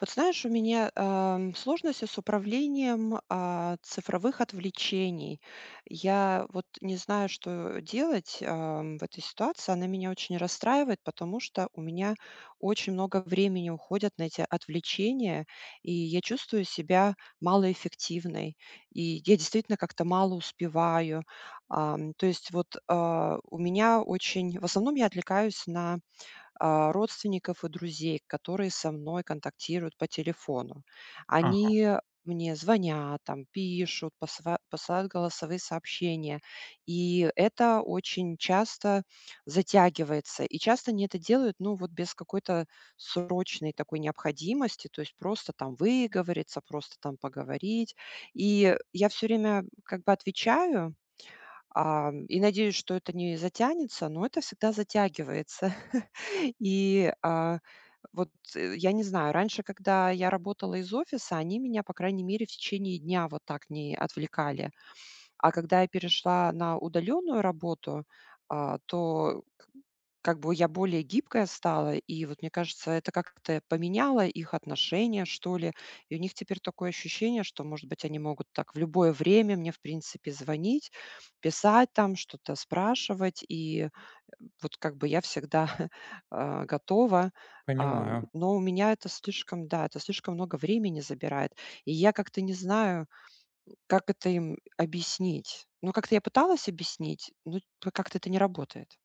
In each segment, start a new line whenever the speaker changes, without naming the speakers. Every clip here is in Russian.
Вот знаешь, у меня сложности с управлением цифровых отвлечений. Я вот не знаю, что делать в этой ситуации. Она меня очень расстраивает, потому что у меня очень много времени уходят на эти отвлечения, и я чувствую себя малоэффективной, и я действительно как-то мало успеваю. То есть у меня очень... В основном я отвлекаюсь на родственников и друзей, которые со мной контактируют по телефону.
Ага,
Они мне звонят, там, пишут, посылают голосовые сообщения. И это очень часто затягивается. И часто они это делают, ну, вот без какой-то срочной такой необходимости, то есть просто там выговориться, просто там поговорить. И я все время как бы отвечаю, и надеюсь, что это не затянется, но это всегда затягивается. И, а, вот, я не знаю, раньше, когда я работала из офиса, они меня, по крайней мере, в течение дня вот так не отвлекали. А когда я перешла на удаленную работу, то как бы я более гибкая стала, и вот мне кажется, это как-то поменяло их отношения, что ли. И у них теперь такое ощущение, что, может быть, они могут так в любое время мне, в принципе, звонить, писать там, что-то спрашивать. И вот как бы я всегда готова. А,
понимаю.
Но у меня это слишком, да, это слишком много времени забирает. И я как-то не знаю, как это им объяснить. Ну, как-то я пыталась объяснить, но как-то это не работает.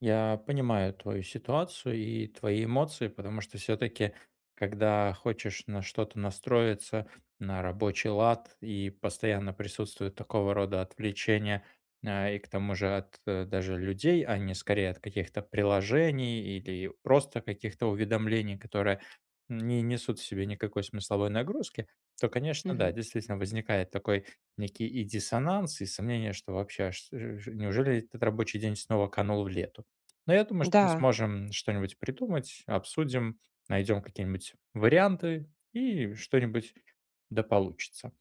Я понимаю твою ситуацию и твои эмоции, потому что все-таки, когда хочешь на что-то настроиться, на рабочий лад, и постоянно присутствует такого рода отвлечения, и к тому же от даже людей, а не скорее от каких-то приложений или просто каких-то уведомлений, которые не несут в себе никакой смысловой нагрузки, то, конечно, да,
Мгм.
действительно возникает такой некий и диссонанс, и сомнение, что вообще, неужели этот рабочий день снова канул в лету? Но я думаю, что мы
Да.
сможем что-нибудь придумать, обсудим, найдем какие-нибудь варианты и что-нибудь да получится.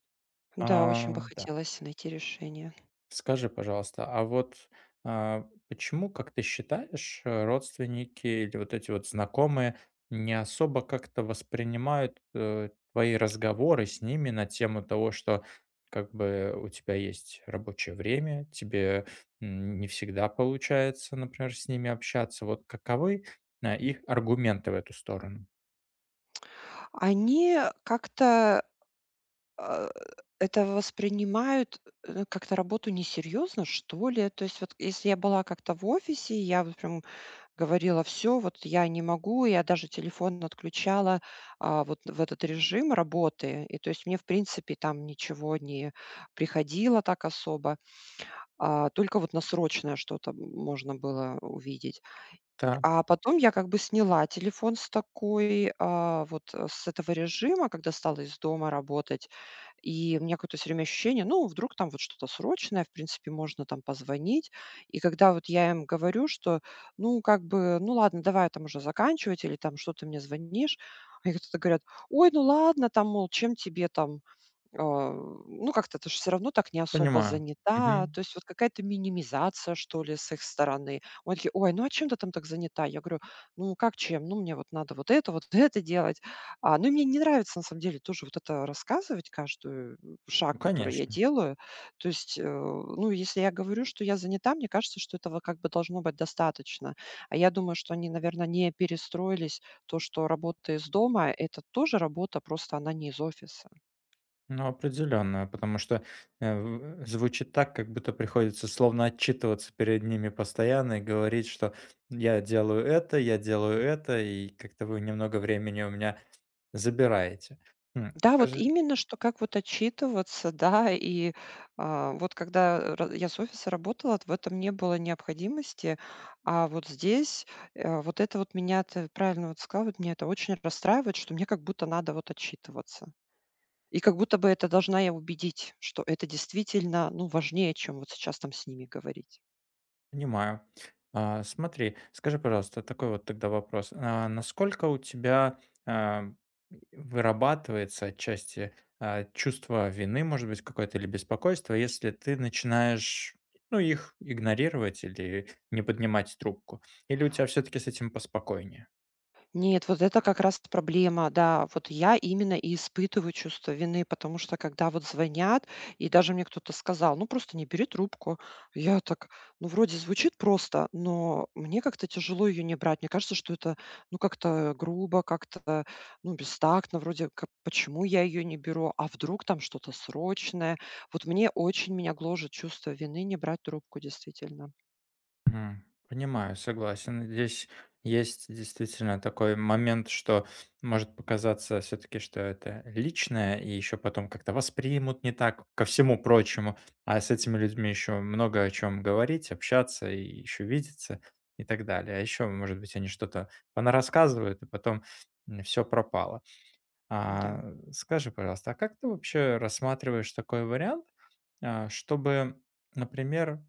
Да, очень бы
Да.
хотелось найти решение.
Скажи, пожалуйста, а почему, как ты считаешь, родственники или вот эти вот знакомые не особо как-то воспринимают, твои разговоры с ними на тему того, что как бы у тебя есть рабочее время, тебе, не всегда получается, например, с ними общаться. Вот каковы, их аргументы в эту сторону?
Они а, это воспринимают, как-то работу несерьезно, что ли. То есть вот если я была как-то в офисе, я вот прям говорила: "Все, вот я не могу". Я даже телефон отключала, вот в этот режим работы. И то есть мне, в принципе, там ничего не приходило так особо, только вот на срочное что-то можно было увидеть.
Да,
А потом я как бы сняла телефон с такой, с этого режима, когда стала из дома работать. И у меня какое-то всё время ощущение, ну, вдруг там вот что-то срочное, в принципе, можно там позвонить. И когда вот я им говорю, что, ну, как бы, ну, ладно, давай там уже заканчивать или там что ты мне звонишь, они как-то говорят: "Ой, ну ладно, там, мол, чем тебе там, а, ну, как-то ты же всё равно так не особо
понимаю.
занята".
Мгм.
То есть вот какая-то минимизация, что ли, с их стороны. Он такие: "Ой, ну а чем ты там так занята?" Я говорю: "Ну как чем? Ну, мне вот надо вот это, вот это делать". Ну и мне не нравится на самом деле тоже вот это рассказывать, каждый, шаг,
Ну,
который я
конечно.
делаю. То есть, ну, если я говорю, что я занята, мне кажется, что этого как бы должно быть достаточно. А я думаю, что они, наверное, не перестроились. То, что работа из дома - это тоже работа, просто она не из офиса.
Ну, определенно, потому что, э, в звучит так, как будто приходится словно отчитываться перед ними постоянно и говорить, что я делаю это, и как-то вы немного времени у меня забираете.
Да, вот
Скажи.
именно, что как вот отчитываться, да, и вот когда я с офиса работала, в этом не было необходимости, а вот здесь вот это вот меня, ты правильно вот сказала, вот меня это очень расстраивает, что мне как будто надо вот отчитываться. И как будто бы это должна я убедить, что это действительно, ну, важнее, чем вот сейчас там с ними говорить.
Понимаю. Смотри, скажи, пожалуйста, такой вот тогда вопрос. Насколько у тебя, а, вырабатывается отчасти, чувство вины, может быть, какое-то или беспокойство, если ты начинаешь, ну, их игнорировать или не поднимать трубку? Или у тебя все таки с этим поспокойнее?
Нет, вот это как раз проблема, да. Вот я именно и испытываю чувство вины, потому что когда вот звонят, и даже мне кто-то сказал, ну просто не бери трубку, я так, ну вроде звучит просто, но мне как-то тяжело ее не брать. Мне кажется, что это, ну как-то грубо, как-то, ну бестактно, вроде как, почему я ее не беру, а вдруг там что-то срочное. Вот мне очень меня гложет чувство вины не брать трубку, действительно.
Мгм. Понимаю, согласен. Здесь есть действительно такой момент, что может показаться все-таки, что это личное, и еще потом как-то воспримут не так, ко всему прочему. А с этими людьми еще много о чем говорить, общаться и еще видеться и так далее. А еще, может быть, они что-то понарассказывают, и потом все пропало. А,
Да.
скажи, пожалуйста, а как ты вообще рассматриваешь такой вариант, чтобы, например,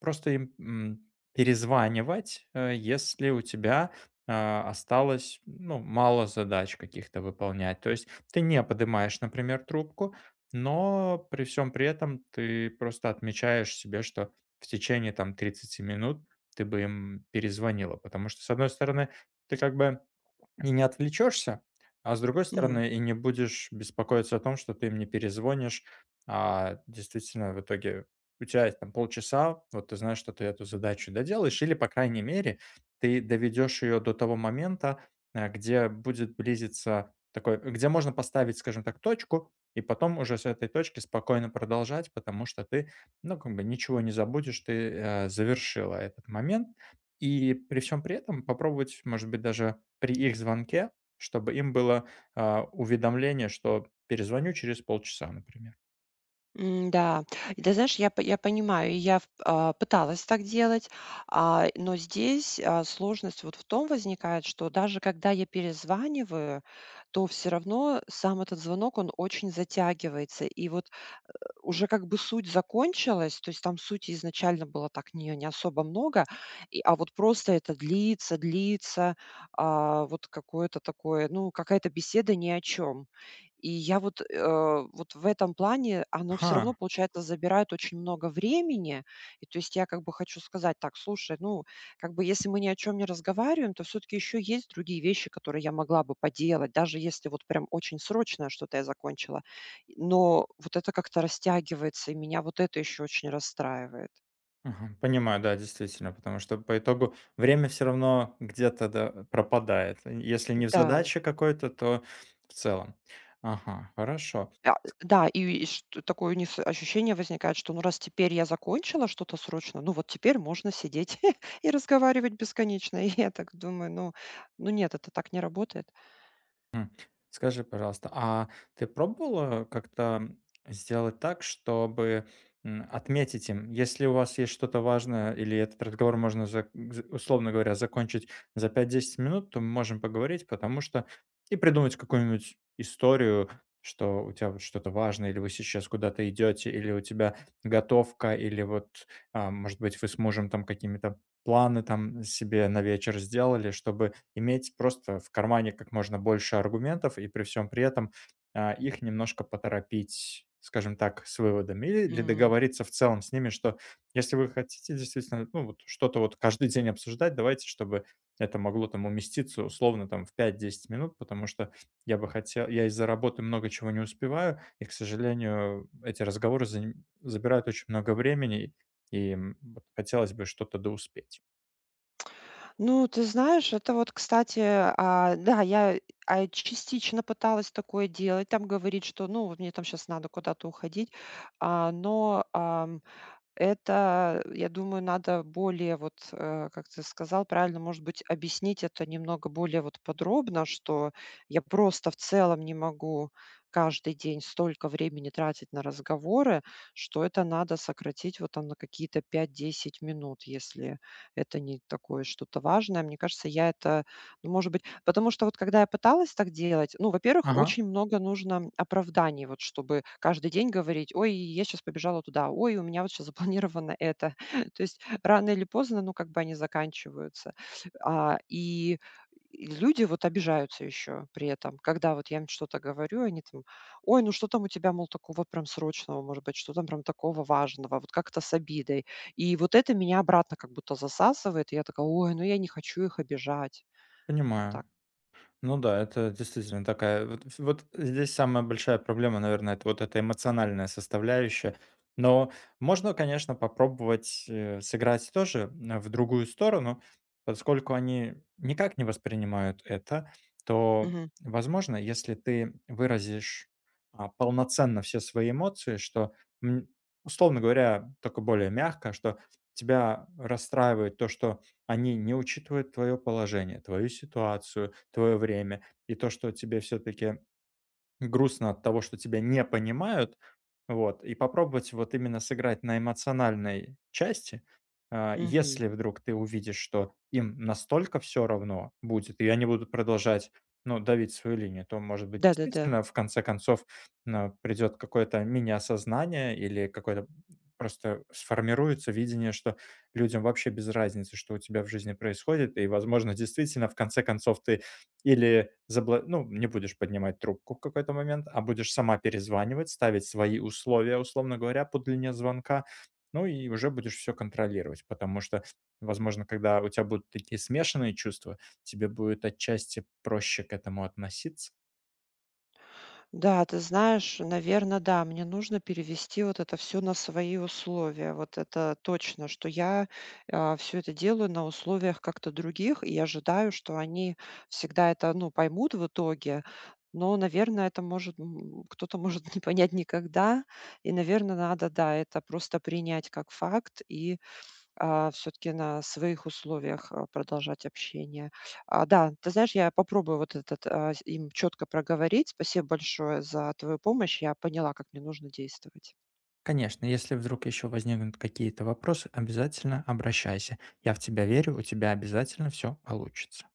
просто им, перезванивать, если у тебя, осталось, ну, мало задач каких-то выполнять. То есть ты не поднимаешь, например, трубку, но при всем при этом ты просто отмечаешь себе, что в течение, там, тридцати минут ты бы им перезвонила. Потому что, с одной стороны, ты как бы и не отвлечешься, а с другой стороны, и не будешь беспокоиться о том, что ты им не перезвонишь. А действительно, в итоге у тебя есть там полчаса, вот ты знаешь, что ты эту задачу доделаешь, или, по крайней мере, ты доведешь ее до того момента, где будет близиться такой, где можно поставить, скажем так, точку, и потом уже с этой точки спокойно продолжать, потому что ты, ну, как бы ничего не забудешь, ты завершила этот момент. И при всем при этом попробовать, может быть, даже при их звонке, чтобы им было, уведомление, что перезвоню через полчаса, например.
М, да. И ты знаешь, я понимаю, и я пыталась так делать, но здесь, сложность вот в том возникает, что даже когда я перезваниваю, то все равно сам этот звонок, он очень затягивается. И вот уже как бы суть закончилась, то есть там сути изначально было так не особо много, и, а вот просто это длится, длится, вот какое-то такое, ну, какая-то беседа ни о чем. И я вот, вот в этом плане оно все равно,
Ага,
получается, забирает очень много времени. И то есть я как бы хочу сказать: "Так, слушай, ну, как бы если мы ни о чем не разговариваем, то все таки еще есть другие вещи, которые я могла бы поделать, даже если вот прям очень срочное что-то я закончила". Но вот это как-то растягивается, и меня вот это еще очень расстраивает.
ага, понимаю, да, действительно, потому что по итогу время все равно где-то, да, пропадает. Если не в
Да,
задаче какой-то, то в целом. Ага, хорошо.
а, да, и что такое у них с ощущение возникает, что ну раз теперь я закончила что-то срочно, ну вот теперь можно сидеть и разговаривать бесконечно. И я так думаю, ну, ну нет, это так не работает.
М. Скажи, пожалуйста, а ты пробовала как-то сделать так, чтобы, отметить им, если у вас есть что-то важное или этот разговор можно зак з условно говоря, закончить за пять-десять минут, то мы можем поговорить, потому что и придумать какую-нибудь историю, что у тебя вот что-то важное, или вы сейчас куда-то идете, или у тебя готовка, или вот, может быть, вы с мужем там какими-то планы там себе на вечер сделали, чтобы иметь просто в кармане как можно больше аргументов и при всем при этом, их немножко поторопить, скажем так, с выводами или
М.
договориться в целом с ними, что если вы хотите действительно, ну, вот что-то вот каждый день обсуждать, давайте, чтобы это могло там уместиться условно там в пять-десять минут, потому что я бы хотел, я из-за работы много чего не успеваю, и, к сожалению, эти разговоры заним забирают очень много времени, и, вот хотелось бы что-то доуспеть.
Ну, ты знаешь, это вот, кстати, да, я частично пыталась такое делать, там говорить, что ну вот мне там сейчас надо куда-то уходить, но это, я думаю, надо более вот, как ты сказал правильно, может быть, объяснить это немного более вот подробно, что я просто в целом не могу каждый день столько времени тратить на разговоры, что это надо сократить вот там на какие-то 5-10 минут, если это не такое что-то важное. Мне кажется, я это, ну, может быть, потому что вот когда я пыталась так делать, ну, во-первых,
Ага,
очень много нужно оправданий, вот чтобы каждый день говорить, ой, я сейчас побежала туда, ой, у меня вот сейчас запланировано это. То есть рано или поздно, ну, как бы они заканчиваются. И люди вот обижаются еще при этом, когда вот я им что-то говорю, они там, ой, ну что там у тебя, мол, такого прям срочного, может быть, что там прям такого важного, вот как-то с обидой. И вот это меня обратно как будто засасывает, и я такая, ой, ну я не хочу их обижать. Вот
понимаю.
так.
Ну да, это действительно такая вот ф вот здесь самая большая проблема, наверное, это вот эта эмоциональная составляющая. Но можно, конечно, попробовать, сыграть тоже, в другую сторону. Поскольку они никак не воспринимают это, то, возможно, если ты выразишь, полноценно все свои эмоции, что, м, условно говоря, только более мягко, что тебя расстраивает то, что они не учитывают твое положение, твою ситуацию, твое время и то, что тебе все-таки грустно от того, что тебя не понимают, вот, и попробовать вот именно сыграть на эмоциональной части. А,
Мгм.
если вдруг ты увидишь, что им настолько все равно будет, и они будут продолжать ну, давить свою линию, то, может быть,
Да-да-да.
действительно, в конце концов, придет какое-то мини-осознание или какое-то просто сформируется видение, что людям вообще без разницы, что у тебя в жизни происходит, и, возможно, действительно, в конце концов, ты или забла ну, не будешь поднимать трубку в какой-то момент, а будешь сама перезванивать, ставить свои условия, условно говоря, по длине звонка, ну и уже будешь все контролировать. Потому что, возможно, когда у тебя будут такие смешанные чувства, тебе будет отчасти проще к этому относиться.
Да, ты знаешь, наверное, да, мне нужно перевести вот это все на свои условия. Вот это точно, что я, все это делаю на условиях как-то других и ожидаю, что они всегда это, ну, поймут в итоге. Но, наверное, это может, м, кто-то может не понять никогда. И, наверное, надо, да, это просто принять как факт и все таки на своих условиях, продолжать общение. Да, ты знаешь, я попробую вот этот, с им четко проговорить. Спасибо большое за твою помощь. Я поняла, как мне нужно действовать.
Конечно, если вдруг еще возникнут какие-то вопросы, обязательно обращайся. Я в тебя верю, у тебя обязательно все получится.